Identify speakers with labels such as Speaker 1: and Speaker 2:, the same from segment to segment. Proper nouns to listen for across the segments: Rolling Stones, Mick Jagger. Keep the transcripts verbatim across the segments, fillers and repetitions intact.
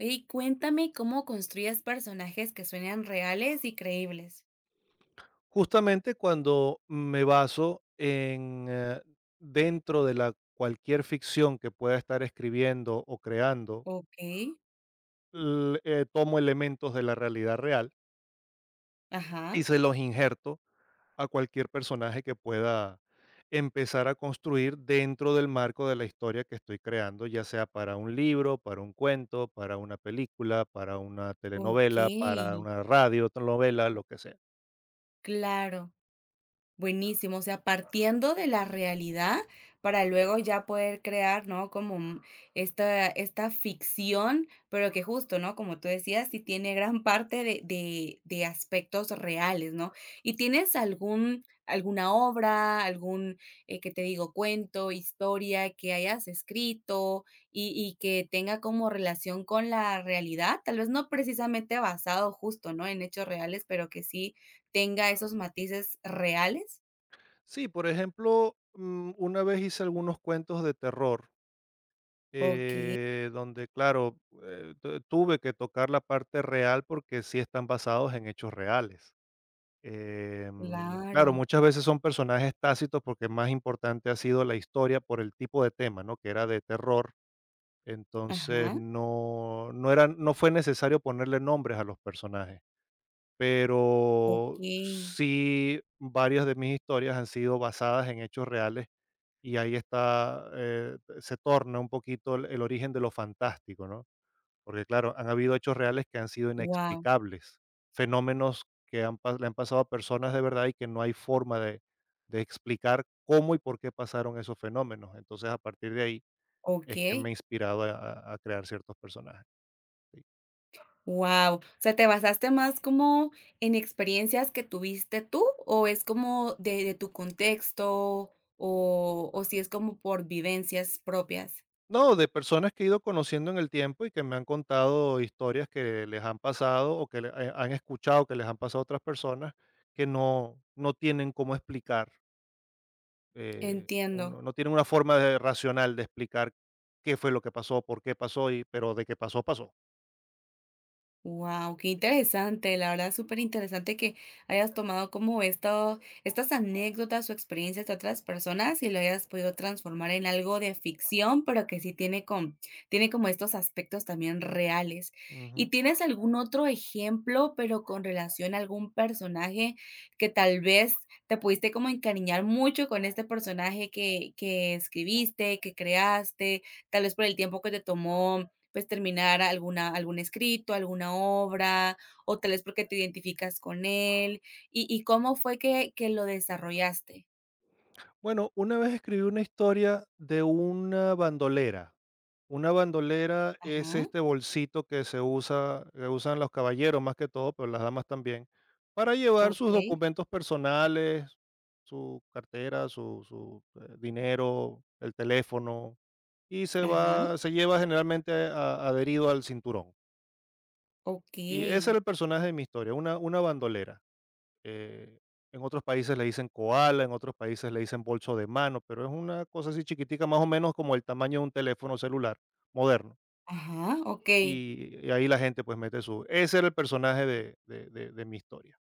Speaker 1: Oye, y cuéntame cómo construyes personajes que suenan reales y creíbles.
Speaker 2: Justamente cuando me baso en, eh, dentro de la cualquier ficción que pueda estar escribiendo o creando,
Speaker 1: Okey,
Speaker 2: l- eh, tomo elementos de la realidad real y
Speaker 1: ajá,
Speaker 2: se los injerto a cualquier personaje que pueda empezar a construir dentro del marco de la historia que estoy creando, ya sea para un libro, para un cuento, para una película, para una telenovela,
Speaker 1: okey,
Speaker 2: para una radio, novela, lo que sea.
Speaker 1: claro. Buenísimo, o sea, partiendo de la realidad para luego ya poder crear, ¿no? Como mm, esta, esta ficción, pero que justo, ¿no? Como tú decías, sí tiene gran parte de, de, de aspectos reales, ¿no? ¿Y tienes algún, alguna obra, algún, eh, que te digo, cuento, historia que hayas escrito y, y que tenga como relación con la realidad? Tal vez no precisamente basado justo, ¿no? En hechos reales, pero que sí tenga esos matices reales.
Speaker 2: Sí, por ejemplo, mm, una vez hice algunos cuentos de terror,
Speaker 1: Okey,
Speaker 2: eh, donde, claro, eh, tu- tuve que tocar la parte real porque sí están basados en hechos reales. Eh, mm, claro,
Speaker 1: claro.
Speaker 2: muchas veces son personajes tácitos porque más importante ha sido la historia por el tipo de tema, ¿no? Que era de terror. Entonces
Speaker 1: Ajá,
Speaker 2: no, no era, no fue necesario ponerle nombres a los personajes. Pero
Speaker 1: okey.
Speaker 2: sí, varias de mis historias han sido basadas en hechos reales, y ahí está, eh, se torna un poquito el el origen de lo fantástico, ¿no? Porque claro, han habido hechos reales que han sido
Speaker 1: Wow,
Speaker 2: inexplicables, fenómenos que han pas le han pasado a personas de verdad y que no hay forma de de explicar cómo y por qué pasaron esos fenómenos. Entonces, a partir de ahí es que me ha
Speaker 1: okey,
Speaker 2: inspirado a a a crear ciertos personajes. Sí.
Speaker 1: wow. O sea, ¿te basaste más como en experiencias que tuviste tú, o es como de de tu contexto, o o si es como por vivencias propias?
Speaker 2: No, de personas que he ido conociendo en el tiempo y que me han contado historias que les han pasado o que le eh, han escuchado que les han pasado a otras personas que no no tienen cómo explicar, eh, o no
Speaker 1: Entiendo.
Speaker 2: no tienen una forma de racional de explicar qué fue lo que pasó, por qué pasó y pero de qué pasó, pasó.
Speaker 1: Wow, qué interesante, la verdad súper interesante que hayas tomado como esto, estas anécdotas o experiencias de otras personas y lo hayas podido transformar en algo de ficción, pero que sí tiene, con, tiene como estos aspectos también reales. ¿Y
Speaker 2: Ujú.
Speaker 1: tienes algún otro ejemplo, pero con relación a algún personaje que tal vez te pudiste como encariñar mucho con este personaje que, que escribiste, que creaste, tal vez por el tiempo que te tomó? Pues, terminar alguna algún escrito, alguna obra, o tal vez porque te identificas con él. ¿Y y cómo fue que que lo desarrollaste?
Speaker 2: Bueno, una vez escribí una historia de una bandolera. Una bandolera es
Speaker 1: Ajá,
Speaker 2: este bolsito que se usa, que usan los caballeros más que todo, pero las damas también, para llevar sus
Speaker 1: okey,
Speaker 2: documentos personales, su cartera, su, su, eh, dinero, el teléfono, y se
Speaker 1: ajá,
Speaker 2: va, se lleva generalmente a- adherido al cinturón. Y
Speaker 1: okey,
Speaker 2: ese era el personaje de mi historia, una, una bandolera. Eh, en otros países le dicen koala, en otros países le dicen bolso de mano, pero es una cosa así chiquitica, más o menos como el tamaño de un teléfono celular moderno.
Speaker 1: ajá, okey.
Speaker 2: Y, y ahí la gente pues mete su... Ese era el personaje de, de- de- de mi historia.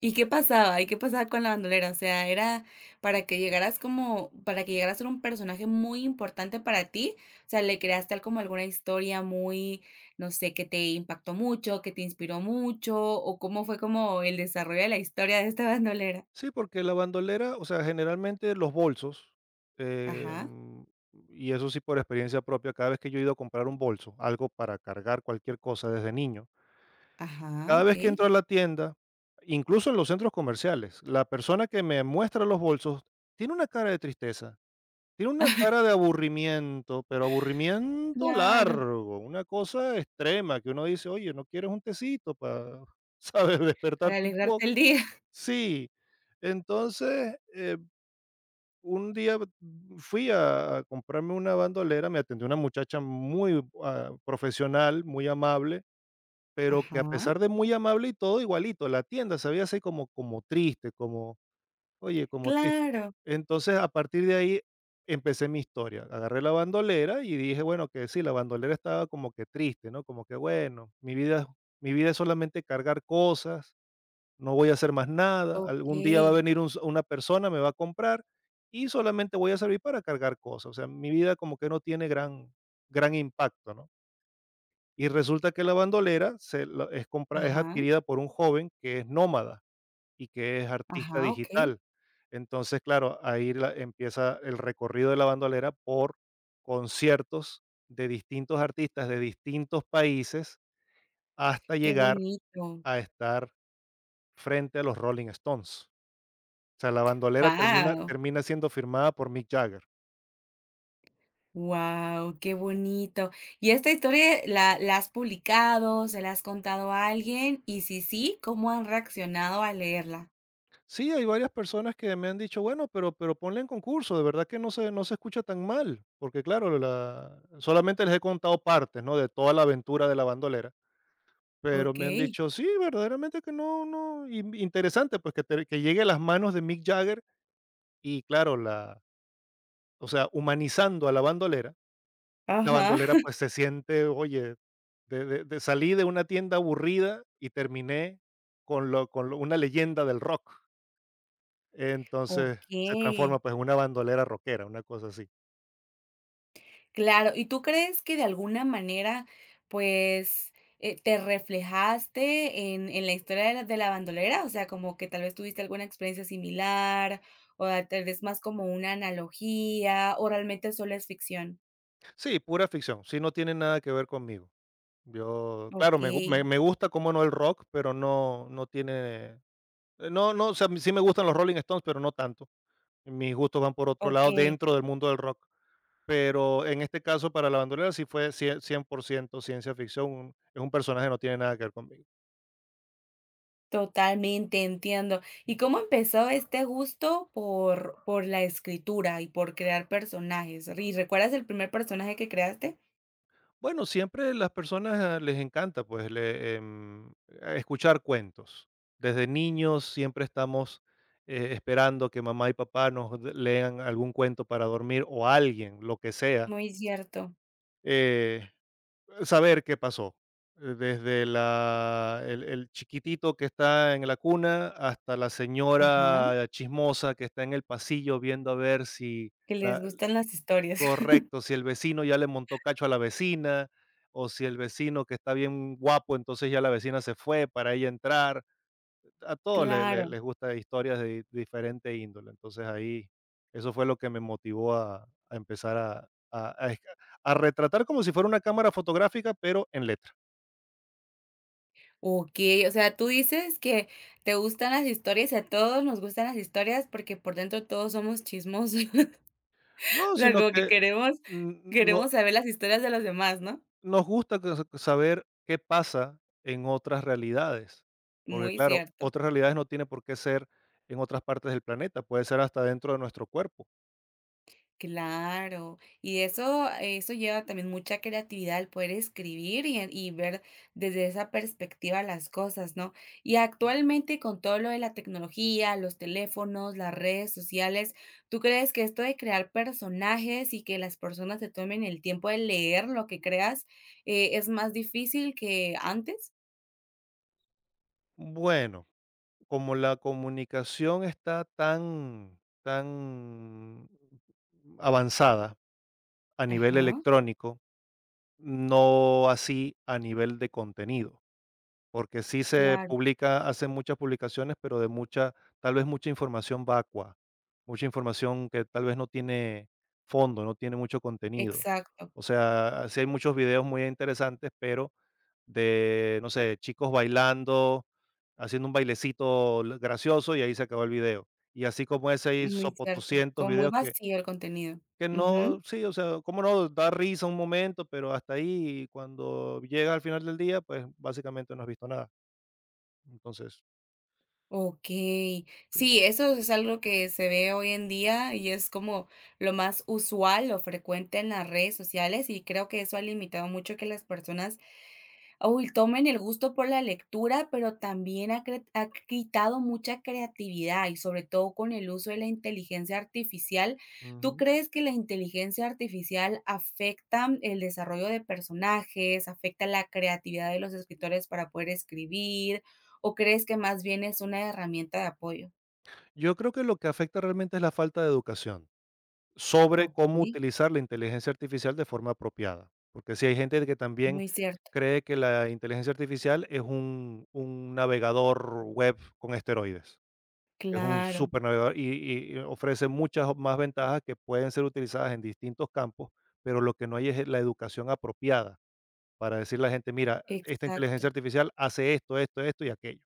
Speaker 1: ¿Y
Speaker 2: Sí.
Speaker 1: qué pasaba? ¿Y qué pasaba con la bandolera? O sea, era para que llegaras como para que llegaras a ser un personaje muy importante para ti, o sea, ¿le creaste tal como alguna historia muy, no sé, que te impactó mucho, que te inspiró mucho, o cómo fue como el desarrollo de la historia de esta bandolera?
Speaker 2: Sí, porque la bandolera, o sea, generalmente los bolsos, eh,
Speaker 1: Ajá,
Speaker 2: mm, y eso sí por experiencia propia, cada vez que yo he ido a comprar un bolso, algo para cargar cualquier cosa desde niño,
Speaker 1: ajá,
Speaker 2: cada vez que
Speaker 1: okey.
Speaker 2: entro a la tienda, incluso en los centros comerciales, la persona que me muestra los bolsos tiene una cara de tristeza, tiene una cara de aburrimiento, pero aburrimiento
Speaker 1: Claro,
Speaker 2: largo, una cosa extrema que uno dice, oye, ¿no quieres un tecito para, sabes,
Speaker 1: para
Speaker 2: despertarte un
Speaker 1: alegrarte
Speaker 2: poco?
Speaker 1: el día.
Speaker 2: Sí. Entonces, eh, un día fui a, a comprarme una bandolera, me atendió una muchacha muy ah, profesional, muy amable, pero que a
Speaker 1: Ajá,
Speaker 2: pesar de muy amable y todo, igualito, la tienda se veía así como como triste, como, oye, como triste.
Speaker 1: claro,
Speaker 2: Entonces, a partir de ahí empecé mi historia. Agarré la bandolera y dije, bueno, que sí, la bandolera estaba como que triste, ¿no? Como que, bueno, mi vida mi vida es solamente cargar cosas, no voy a hacer más nada, algún día va a
Speaker 1: okey,
Speaker 2: venir un s una persona, me va a comprar y solamente voy a servir para cargar cosas. O sea, mi vida como que no tiene gran gran impacto, ¿no? Y resulta que la bandolera se la es compra es
Speaker 1: ajá,
Speaker 2: adquirida por un joven que es nómada y que es artista
Speaker 1: ajá, okey,
Speaker 2: digital. Entonces, claro, ahí la empieza el recorrido de la bandolera por conciertos de distintos artistas de distintos países hasta
Speaker 1: qué
Speaker 2: llegar
Speaker 1: bonito.
Speaker 2: a estar frente a los Rolling Stones. O sea, la bandolera termina
Speaker 1: Wow,
Speaker 2: termina siendo firmada por Mick Jagger.
Speaker 1: wow, qué bonito. ¿Y esta historia la la has publicado, se la has contado a alguien? Y si sí, ¿cómo han reaccionado al leerla?
Speaker 2: Sí, hay varias personas que me han dicho, bueno, pero, pero ponle en concurso, de verdad que no se, no se escucha tan mal, porque claro, la, solamente les he contado partes, ¿no? De toda la aventura de la bandolera, pero me han
Speaker 1: Okey,
Speaker 2: dicho, sí, verdaderamente que no, no, y- interesante, pues que, te- que llegue a las manos de Mick Jagger y claro, la, o sea, humanizando a la bandolera, la
Speaker 1: ajá,
Speaker 2: bandolera pues se siente, oye, de, de- de- salí de una tienda aburrida y terminé con, lo, con lo- una leyenda del rock. Entonces, se transforma,
Speaker 1: okey.
Speaker 2: pues, en una bandolera rockera, una cosa así.
Speaker 1: Claro, ¿y tú crees que de alguna manera, pues, eh, te reflejaste en en la historia de la de la bandolera? O sea, como que tal vez tuviste alguna experiencia similar, o a tal vez más como una analogía, o realmente solo es ficción.
Speaker 2: Sí, pura ficción, sí, no tiene nada que ver conmigo. Yo, claro,
Speaker 1: ¿Ok?
Speaker 2: me gu me me gusta, como no, el rock, pero no no tiene, eh, no no, o sea, sí me gustan los Rolling Stones, pero no tanto. Mis gustos van por otro
Speaker 1: Ok,
Speaker 2: lado dentro del mundo del rock. Pero en este caso, para la bandolera sí fue cien por ciento ciencia ficción, un- es un personaje, que no tiene nada que ver conmigo.
Speaker 1: totalmente, entiendo. ¿Y cómo empezó este gusto por por la escritura y por crear personajes? ¿Y recuerdas el primer personaje que creaste?
Speaker 2: Bueno, siempre las personas ah, les encanta, pues, le em, escuchar cuentos. Desde niños siempre estamos, eh, esperando que mamá y papá nos d lean algún cuento para dormir o alguien, lo que sea,
Speaker 1: Muy cierto.
Speaker 2: eh, saber qué pasó. Eh, Desde la el el chiquitito que está en la cuna hasta la
Speaker 1: Ajá,
Speaker 2: señora chismosa que está en el pasillo viendo a ver si...
Speaker 1: que les gustan las historias.
Speaker 2: Correcto, si el vecino ya le montó cacho a la vecina, o si el vecino que está bien guapo, entonces ya la vecina se fue para ella entrar. A todos le
Speaker 1: Claro.
Speaker 2: le les gusta historias de diferente índole. Entonces ahí, eso fue lo que me motivó a a empezar a a a esca a retratar como si fuera una cámara fotográfica, pero en letra.
Speaker 1: Okey, o sea, tú dices que te gustan las historias, y a todos nos gustan las historias, porque por dentro todos somos chismosos.
Speaker 2: No,
Speaker 1: O sea,
Speaker 2: sino
Speaker 1: como que
Speaker 2: que,
Speaker 1: queremos
Speaker 2: mm, no
Speaker 1: queremos saber las historias de los demás, ¿no?
Speaker 2: nos gusta que saber qué pasa en otras realidades, porque
Speaker 1: Muy
Speaker 2: claro,
Speaker 1: cierto.
Speaker 2: otras realidades no tiene por qué ser en otras partes del planeta, puede ser hasta dentro de nuestro cuerpo.
Speaker 1: Claro, y eso, eso lleva también mucha creatividad, el poder escribir y, y ver desde esa perspectiva las cosas, ¿no? Y actualmente con todo lo de la tecnología, los teléfonos, las redes sociales, ¿tú crees que esto de crear personajes y que las personas se tomen el tiempo de leer lo que creas, eh, es más difícil que antes?
Speaker 2: Bueno, como la comunicación está tan tan avanzada a nivel
Speaker 1: Ajá,
Speaker 2: electrónico, no así a nivel de contenido. Porque sí se
Speaker 1: claro,
Speaker 2: publica hacen muchas publicaciones, pero de mucha tal vez mucha información vacua, mucha información que tal vez no tiene fondo, no tiene mucho contenido.
Speaker 1: exacto,
Speaker 2: O sea, sí hay muchos videos muy interesantes, pero de, no sé, chicos bailando, haciendo un bailecito l gracioso y ahí se acabó el video. Y así como ese hay
Speaker 1: muy cierto,
Speaker 2: sopotucientos
Speaker 1: como muy
Speaker 2: videos que
Speaker 1: vacío el contenido.
Speaker 2: que no
Speaker 1: Ujú.
Speaker 2: sí, o sea, cómo no, da risa un momento, pero hasta ahí, y cuando llega al final del día, pues, básicamente no has visto nada. Entonces,
Speaker 1: Okey.
Speaker 2: sí.
Speaker 1: Sí, eso es algo que se ve hoy en día y es como lo más usual o frecuente en las redes sociales, y creo que eso ha limitado mucho que las personas Uy, tomen el gusto por la lectura, pero también ha, cre- ha quitado mucha creatividad y sobre todo con el uso de la inteligencia artificial. ¿Tú
Speaker 2: Ujú.
Speaker 1: crees que la inteligencia artificial afecta el desarrollo de personajes, afecta la creatividad de los escritores para poder escribir o crees que más bien es una herramienta de apoyo?
Speaker 2: Yo creo que lo que afecta realmente es la falta de educación sobre
Speaker 1: Ok,
Speaker 2: cómo utilizar la inteligencia artificial de forma apropiada, porque si hay gente que también
Speaker 1: muy cierto.
Speaker 2: cree que la inteligencia artificial es un, un navegador web con esteroides, es un
Speaker 1: Claro,
Speaker 2: supernavegador y, y ofrece muchas más ventajas que pueden ser utilizadas en distintos campos, pero lo que no hay es la educación apropiada para decirle a la gente, mira, esta
Speaker 1: exacto.
Speaker 2: inteligencia artificial hace esto, esto, esto y aquello.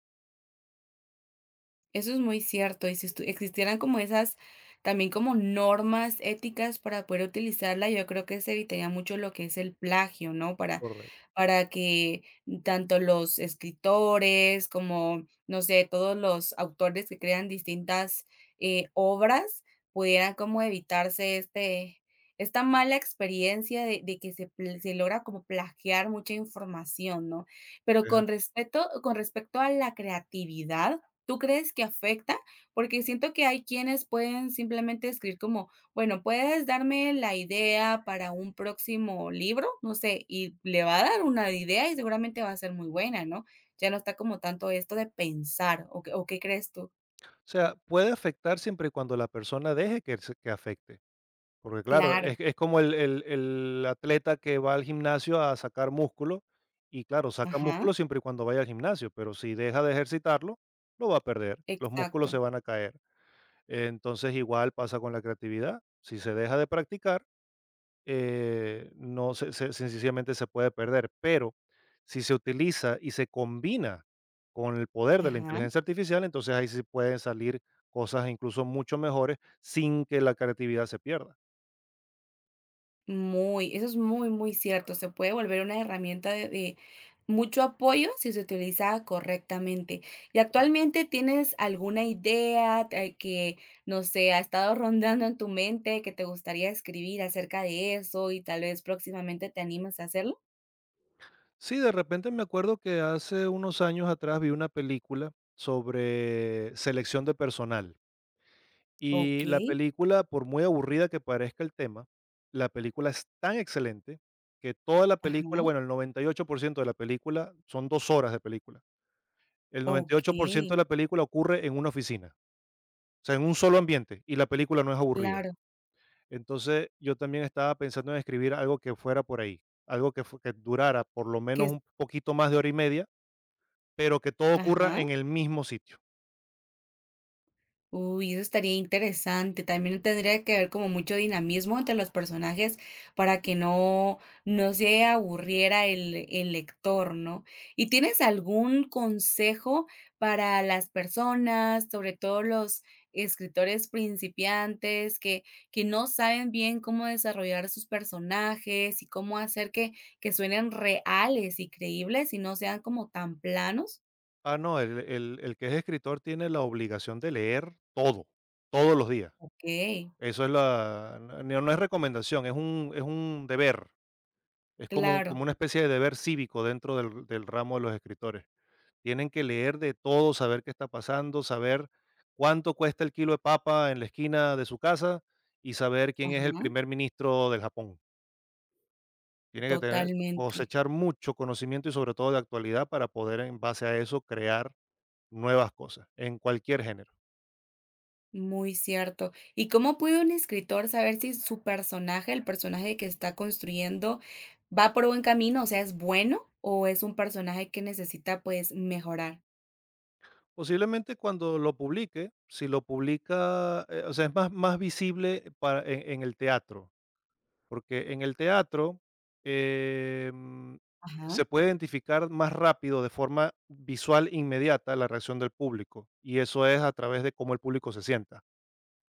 Speaker 1: Eso es muy cierto, y si estu existieran como esas, también como normas éticas para poder utilizarla, yo creo que se evitaría mucho lo que es el plagio, ¿no? Para
Speaker 2: Correcto.
Speaker 1: para que tanto los escritores como, no sé, todos los autores que crean distintas, eh, obras, pudieran como evitarse este esta mala experiencia de de que se pl se logra como plagiar mucha información, ¿no? Pero
Speaker 2: Es
Speaker 1: con respecto con respecto a la creatividad, ¿tú crees que afecta? Porque siento que hay quienes pueden simplemente escribir como, bueno, puedes darme la idea para un próximo libro, no sé, y le va a dar una idea y seguramente va a ser muy buena, ¿no? Ya no está como tanto esto de pensar, ¿o qué, o qué crees tú?
Speaker 2: O sea, puede afectar siempre y cuando la persona deje que, se- que afecte. Porque claro,
Speaker 1: Claro,
Speaker 2: es, es como el, el- el atleta que va al gimnasio a sacar músculo, y claro, saca
Speaker 1: ajá,
Speaker 2: músculo siempre y cuando vaya al gimnasio, pero si deja de ejercitarlo, lo va a perder, los músculos se
Speaker 1: exacto,
Speaker 2: van a caer. Entonces igual pasa con la creatividad. Si se deja de practicar, eh, no se se sencillamente se puede perder. Pero si se utiliza y se combina con el poder de la
Speaker 1: ajá.
Speaker 2: inteligencia artificial, entonces ahí sí pueden salir cosas incluso mucho mejores sin que la creatividad se pierda.
Speaker 1: Muy, eso es muy, muy cierto. Se puede volver una herramienta de, de mucho apoyo si se utiliza correctamente. ¿Y
Speaker 2: Correcto.
Speaker 1: actualmente tienes alguna idea eh, que, no sé, ha estado rondando en tu mente que te gustaría escribir acerca de eso y tal vez próximamente te animas a hacerlo?
Speaker 2: Sí, de repente me acuerdo que hace unos años atrás vi una película sobre selección de personal.
Speaker 1: Ok,
Speaker 2: Y la película, por muy aburrida que parezca el tema, la película es tan excelente que toda la película,
Speaker 1: ajá,
Speaker 2: bueno, el noventa y ocho por ciento de la película son dos horas de película. El noventa y ocho por ciento de
Speaker 1: ok,
Speaker 2: la película ocurre en una oficina, o sea, en un solo ambiente, y la película no es aburrida.
Speaker 1: claro,
Speaker 2: Entonces, yo también estaba pensando en escribir algo que fuera por ahí, algo que fue que durara por lo
Speaker 1: que
Speaker 2: menos
Speaker 1: es,
Speaker 2: un poquito más de hora y media, pero que todo ocurra
Speaker 1: ajá.
Speaker 2: en el mismo sitio.
Speaker 1: Uy, eso estaría interesante. También tendría que haber como mucho dinamismo entre los personajes para que no, no se aburriera el, el lector, ¿no? ¿Y tienes algún consejo para las personas, sobre todo los escritores principiantes que, que no saben bien cómo desarrollar sus personajes y cómo hacer que, que suenen reales y creíbles y no sean como tan planos?
Speaker 2: Ah, no, el el el que es escritor tiene la obligación de leer todo, todos los días.
Speaker 1: Ok,
Speaker 2: Eso es la no no no es recomendación, es un es un deber, es como como
Speaker 1: claro.
Speaker 2: una especie de deber cívico dentro del del ramo de los escritores. Tienen que leer de todo, saber qué está pasando, saber cuánto cuesta el kilo de papa en la esquina de su casa y saber quién es el
Speaker 1: Ajá,
Speaker 2: primer ministro del Japón. Tiene que tener
Speaker 1: totalmente.
Speaker 2: cosechar mucho conocimiento y sobre todo de actualidad para poder en base a eso crear nuevas cosas en cualquier género.
Speaker 1: Muy cierto. ¿Y cómo puede un escritor saber si su personaje, el personaje que está construyendo, va por buen camino? O sea, ¿es bueno o es un personaje que necesita, pues, mejorar?
Speaker 2: Posiblemente cuando lo publique, si lo publica, eh, o sea, es más, más visible para, en, en el teatro, porque en el teatro em,
Speaker 1: Ajá,
Speaker 2: se puede identificar más rápido, de forma visual inmediata, la reacción del público, y eso es a través de cómo el público se sienta,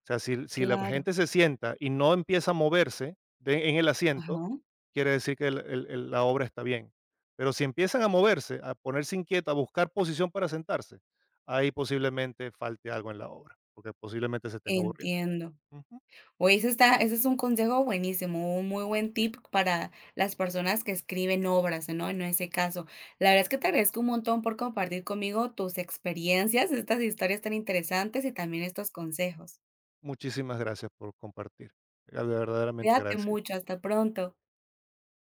Speaker 2: sea, si si la
Speaker 1: claro.
Speaker 2: gente se sienta y no empieza a moverse de en el asiento,
Speaker 1: Ajá.
Speaker 2: quiere decir que el el el la obra está bien. Pero si empiezan a moverse, a ponerse inquieta, a buscar posición para sentarse, ahí posiblemente falte algo en la obra, porque posiblemente se estén aburriendo.
Speaker 1: Entiendo.
Speaker 2: Ujú.
Speaker 1: Oye, ese está ese es un consejo buenísimo, un muy buen tip para las personas que escriben obras, ¿no? En ese caso. La verdad es que te agradezco un montón por compartir conmigo tus experiencias, estas historias tan interesantes y también estos consejos.
Speaker 2: Muchísimas gracias por compartir. Verdaderamente
Speaker 1: Cuídate
Speaker 2: agradecido.
Speaker 1: mucho, hasta pronto.